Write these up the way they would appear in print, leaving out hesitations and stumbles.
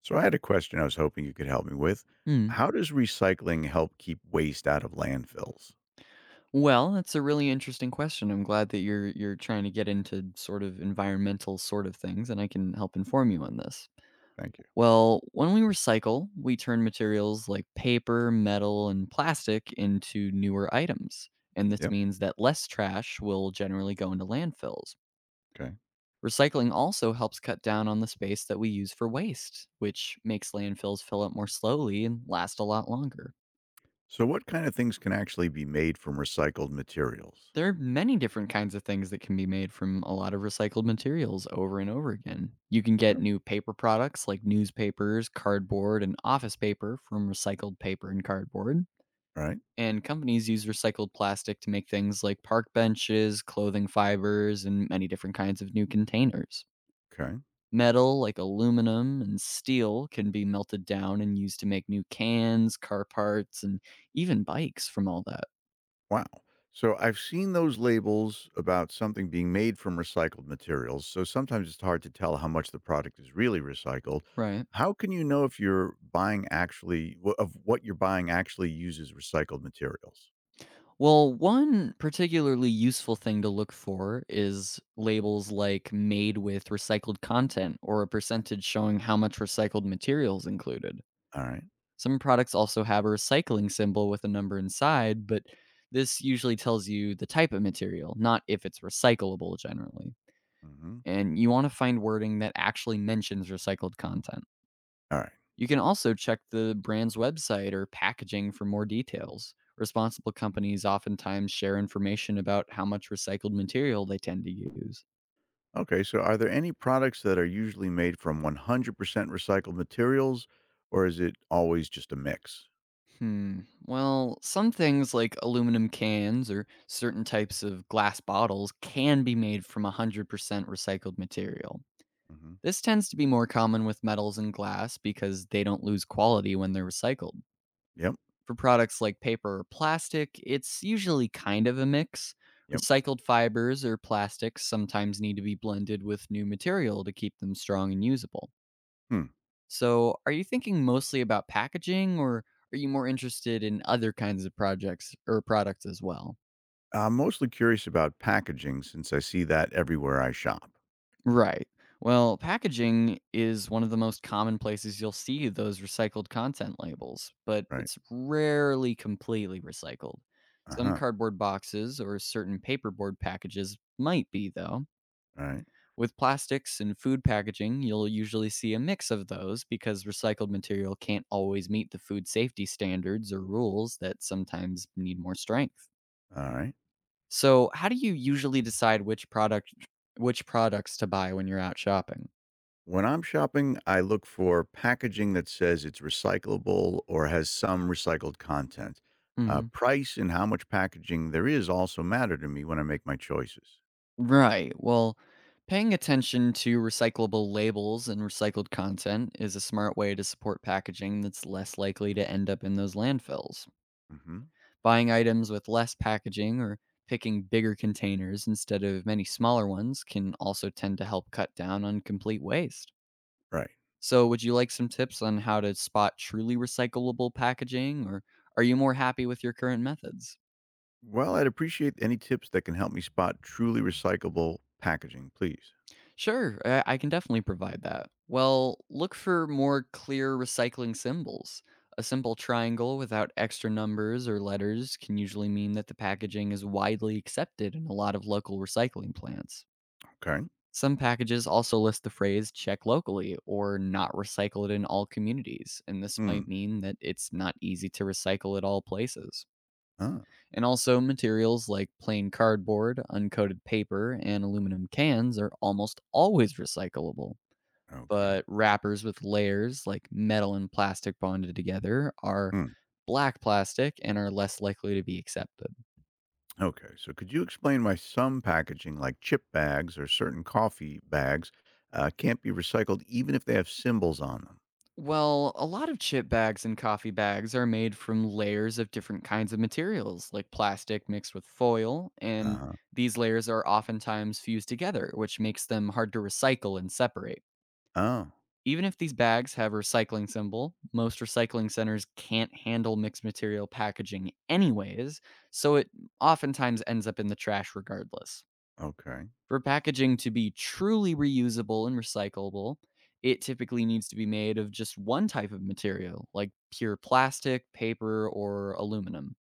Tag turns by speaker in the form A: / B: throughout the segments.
A: So I had a question I was hoping you could help me with.
B: Mm.
A: How does recycling help keep waste out of landfills?
B: Well, that's a really interesting question. I'm glad that you're trying to get into sort of environmental sort of things and I can help inform you on this.
A: Thank you.
B: Well, when we recycle, we turn materials like paper, metal, and plastic into newer items. And this
A: Yep.
B: means that less trash will generally go into landfills.
A: Okay.
B: Recycling also helps cut down on the space that we use for waste, which makes landfills fill up more slowly and last a lot longer.
A: So what kind of things can actually be made from recycled materials?
B: There are many different kinds of things that can be made from a lot of recycled materials over and over again. You can get
A: Yep.
B: new paper products like newspapers, cardboard, and office paper from recycled paper and cardboard.
A: Right?
B: And companies use recycled plastic to make things like park benches, clothing fibers, and many different kinds of new containers.
A: Okay.
B: Metal like aluminum and steel can be melted down and used to make new cans, car parts, and even bikes from all that.
A: Wow. So I've seen those labels about something being made from recycled materials. So sometimes it's hard to tell how much the product is really recycled.
B: Right.
A: How can you know if you're buying actually of what you're buying actually uses recycled materials?
B: Well, one particularly useful thing to look for is labels like made with recycled content or a
A: Yeah.
B: percentage showing how much recycled materials included.
A: All right.
B: Some products also have a recycling symbol with a number inside, but this usually tells you the type of material, not if it's recyclable generally.
A: Mm-hmm.
B: And you want to find wording that actually mentions recycled content.
A: All right.
B: You can also check the brand's website or packaging for more details. Responsible companies oftentimes share information about how much recycled material they tend to use.
A: Okay, so are there any products that are usually made from 100% recycled materials, or is it always just a mix?
B: Hmm. Well, some things like aluminum cans or certain types of glass bottles can be made from 100% recycled material.
A: Hmm.
B: This tends to be more common with metals and glass because they don't lose quality when they're recycled.
A: Yep,
B: For products like paper or plastic, it's usually kind of a mix.
A: yep.
B: Recycled fibers or plastics sometimes need to be blended with new material to keep them strong and usable.
A: Hmm.
B: So, are you thinking mostly about packaging or are you more interested in other kinds of projects or products as well?
A: I'm mostly curious about packaging since I see that everywhere I shop.
B: Right. Well, packaging is one of the most common places you'll see those recycled content labels, but
A: Right.
B: it's rarely completely recycled.
A: Uh
B: Some
A: huh.
B: cardboard boxes or certain paperboard packages might be, though.
A: Right.
B: With plastics and food packaging, you'll usually see a mix of those because recycled material can't always meet the food safety standards or rules that sometimes need more strength.
A: All right.
B: So, how do you usually decide which products to buy when you're out shopping?
A: When I'm shopping, I look for packaging that says it's recyclable or has some recycled content.
B: Mhm.
A: Price and how much packaging there is also matter to me when I make my choices.
B: Right. Well, paying attention to recyclable labels and recycled content is a smart way to support packaging that's less likely to end up in those landfills.
A: Hmm.
B: Buying items with less packaging or picking bigger containers instead of many smaller ones can also tend to help cut down on complete waste.
A: Right.
B: So, would you like some tips on how to spot truly recyclable packaging, or are you more happy with your current methods?
A: Well, I'd appreciate any tips that can help me spot truly recyclable packaging, please.
B: Sure, I can definitely provide that. Well, look for more clear recycling symbols. A simple triangle without extra numbers or letters can usually mean that the packaging is widely accepted in a lot of local recycling plants.
A: Okay.
B: Some packages also list the phrase check locally or not recycle it in all communities, and this
A: Hmm.
B: might mean that it's not easy to recycle at all places.
A: Ah,
B: And also, materials like plain cardboard, uncoated paper, and aluminum cans are almost always recyclable
A: okay.
B: but wrappers with layers like metal and plastic bonded together are
A: Hmm.
B: black plastic and are less likely to be accepted.
A: Okay. So, could you explain why some packaging, like chip bags or certain coffee bags, can't be recycled even if they have symbols on them?
B: Well, a lot of chip bags and coffee bags are made from layers of different kinds of materials, like plastic mixed with foil, and
A: Uh,
B: these layers are oftentimes fused together, which makes them hard to recycle and separate.
A: oh,
B: Even if these bags have a recycling symbol, most recycling centers can't handle mixed material packaging anyways, so it oftentimes ends up in the trash regardless.
A: okay.
B: For packaging to be truly reusable and recyclable, it typically needs to be made of just one type of material, like pure plastic, paper, or aluminum.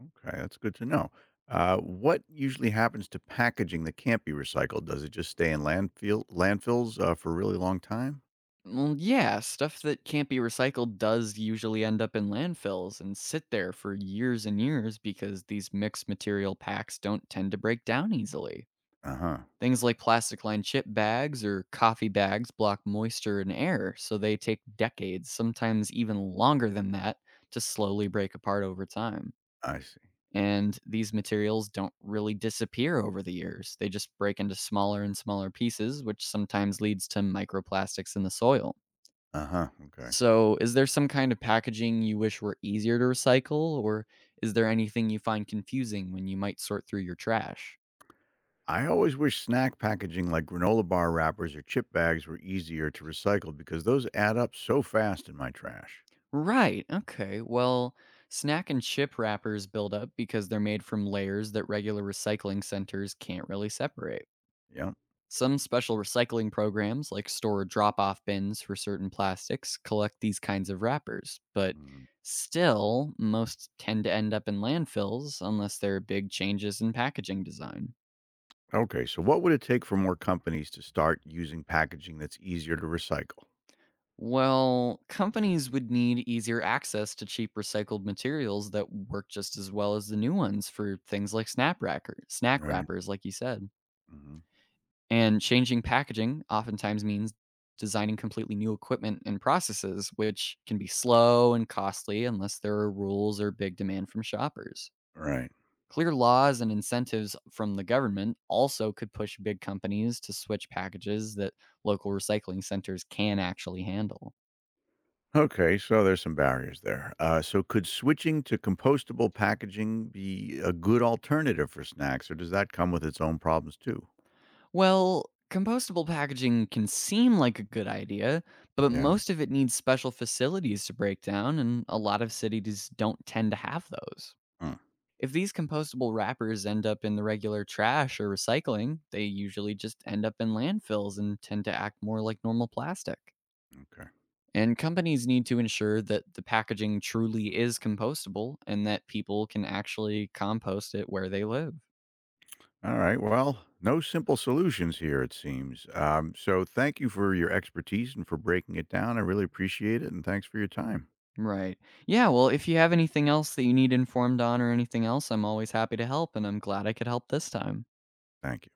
A: Okay. That's good to know. What usually happens to packaging that can't be recycled? Does it just stay in landfills for a really long time?
B: Well, yeah, stuff that can't be recycled does usually end up in landfills and sit there for years and years because these mixed material packs don't tend to break down easily.
A: Uh huh.
B: Things like plastic lined chip bags or coffee bags block moisture and air, so they take decades, sometimes even longer than that, to slowly break apart over time.
A: I see.
B: And these materials don't really disappear over the years. They just break into smaller and smaller pieces, which sometimes leads to microplastics in the soil.
A: Uh huh. Okay.
B: So, is there some kind of packaging you wish were easier to recycle, or is there anything you find confusing when you might sort through your trash?
A: I always wish snack packaging like granola bar wrappers or chip bags were easier to recycle because those add up so fast in my trash.
B: Right, okay. Well, snack and chip wrappers build up because they're made from layers that regular recycling centers can't really separate.
A: Yep.
B: Some special recycling programs, like store drop off bins for certain plastics, collect these kinds of wrappers, but
A: Mm.
B: still, most tend to end up in landfills unless there are big changes in packaging design.
A: Okay, so what would it take for more companies to start using packaging that's easier to recycle?
B: Well, companies would need easier access to cheap recycled materials that work just as well as the new ones for things like snack
A: Right.
B: wrappers, like you said.
A: Hmm.
B: And changing packaging oftentimes means designing completely new equipment and processes, which can be slow and costly unless there are rules or big demand from shoppers.
A: Right.
B: Clear laws and incentives from the government also could push big companies to switch packages that local recycling centers can actually handle.
A: Okay, so there's some barriers there. So could switching to compostable packaging be a good alternative for snacks, or does that come with its own problems too?
B: Well, compostable packaging can seem like a good idea, but
A: Yeah.
B: most of it needs special facilities to break down, and a lot of cities don't tend to have those.
A: Mm,
B: If these compostable wrappers end up in the regular trash or recycling, they usually just end up in landfills and tend to act more like normal plastic.
A: okay.
B: And companies need to ensure that the packaging truly is compostable and that people can actually compost it where they live.
A: All right. Well, no simple solutions here, it seems. So thank you for your expertise and for breaking it down. I really appreciate it. And thanks for your time.
B: Right. Yeah, well, if you have anything else that you need informed on or anything else, I'm always happy to help, and I'm glad I could help this time.
A: Thanks.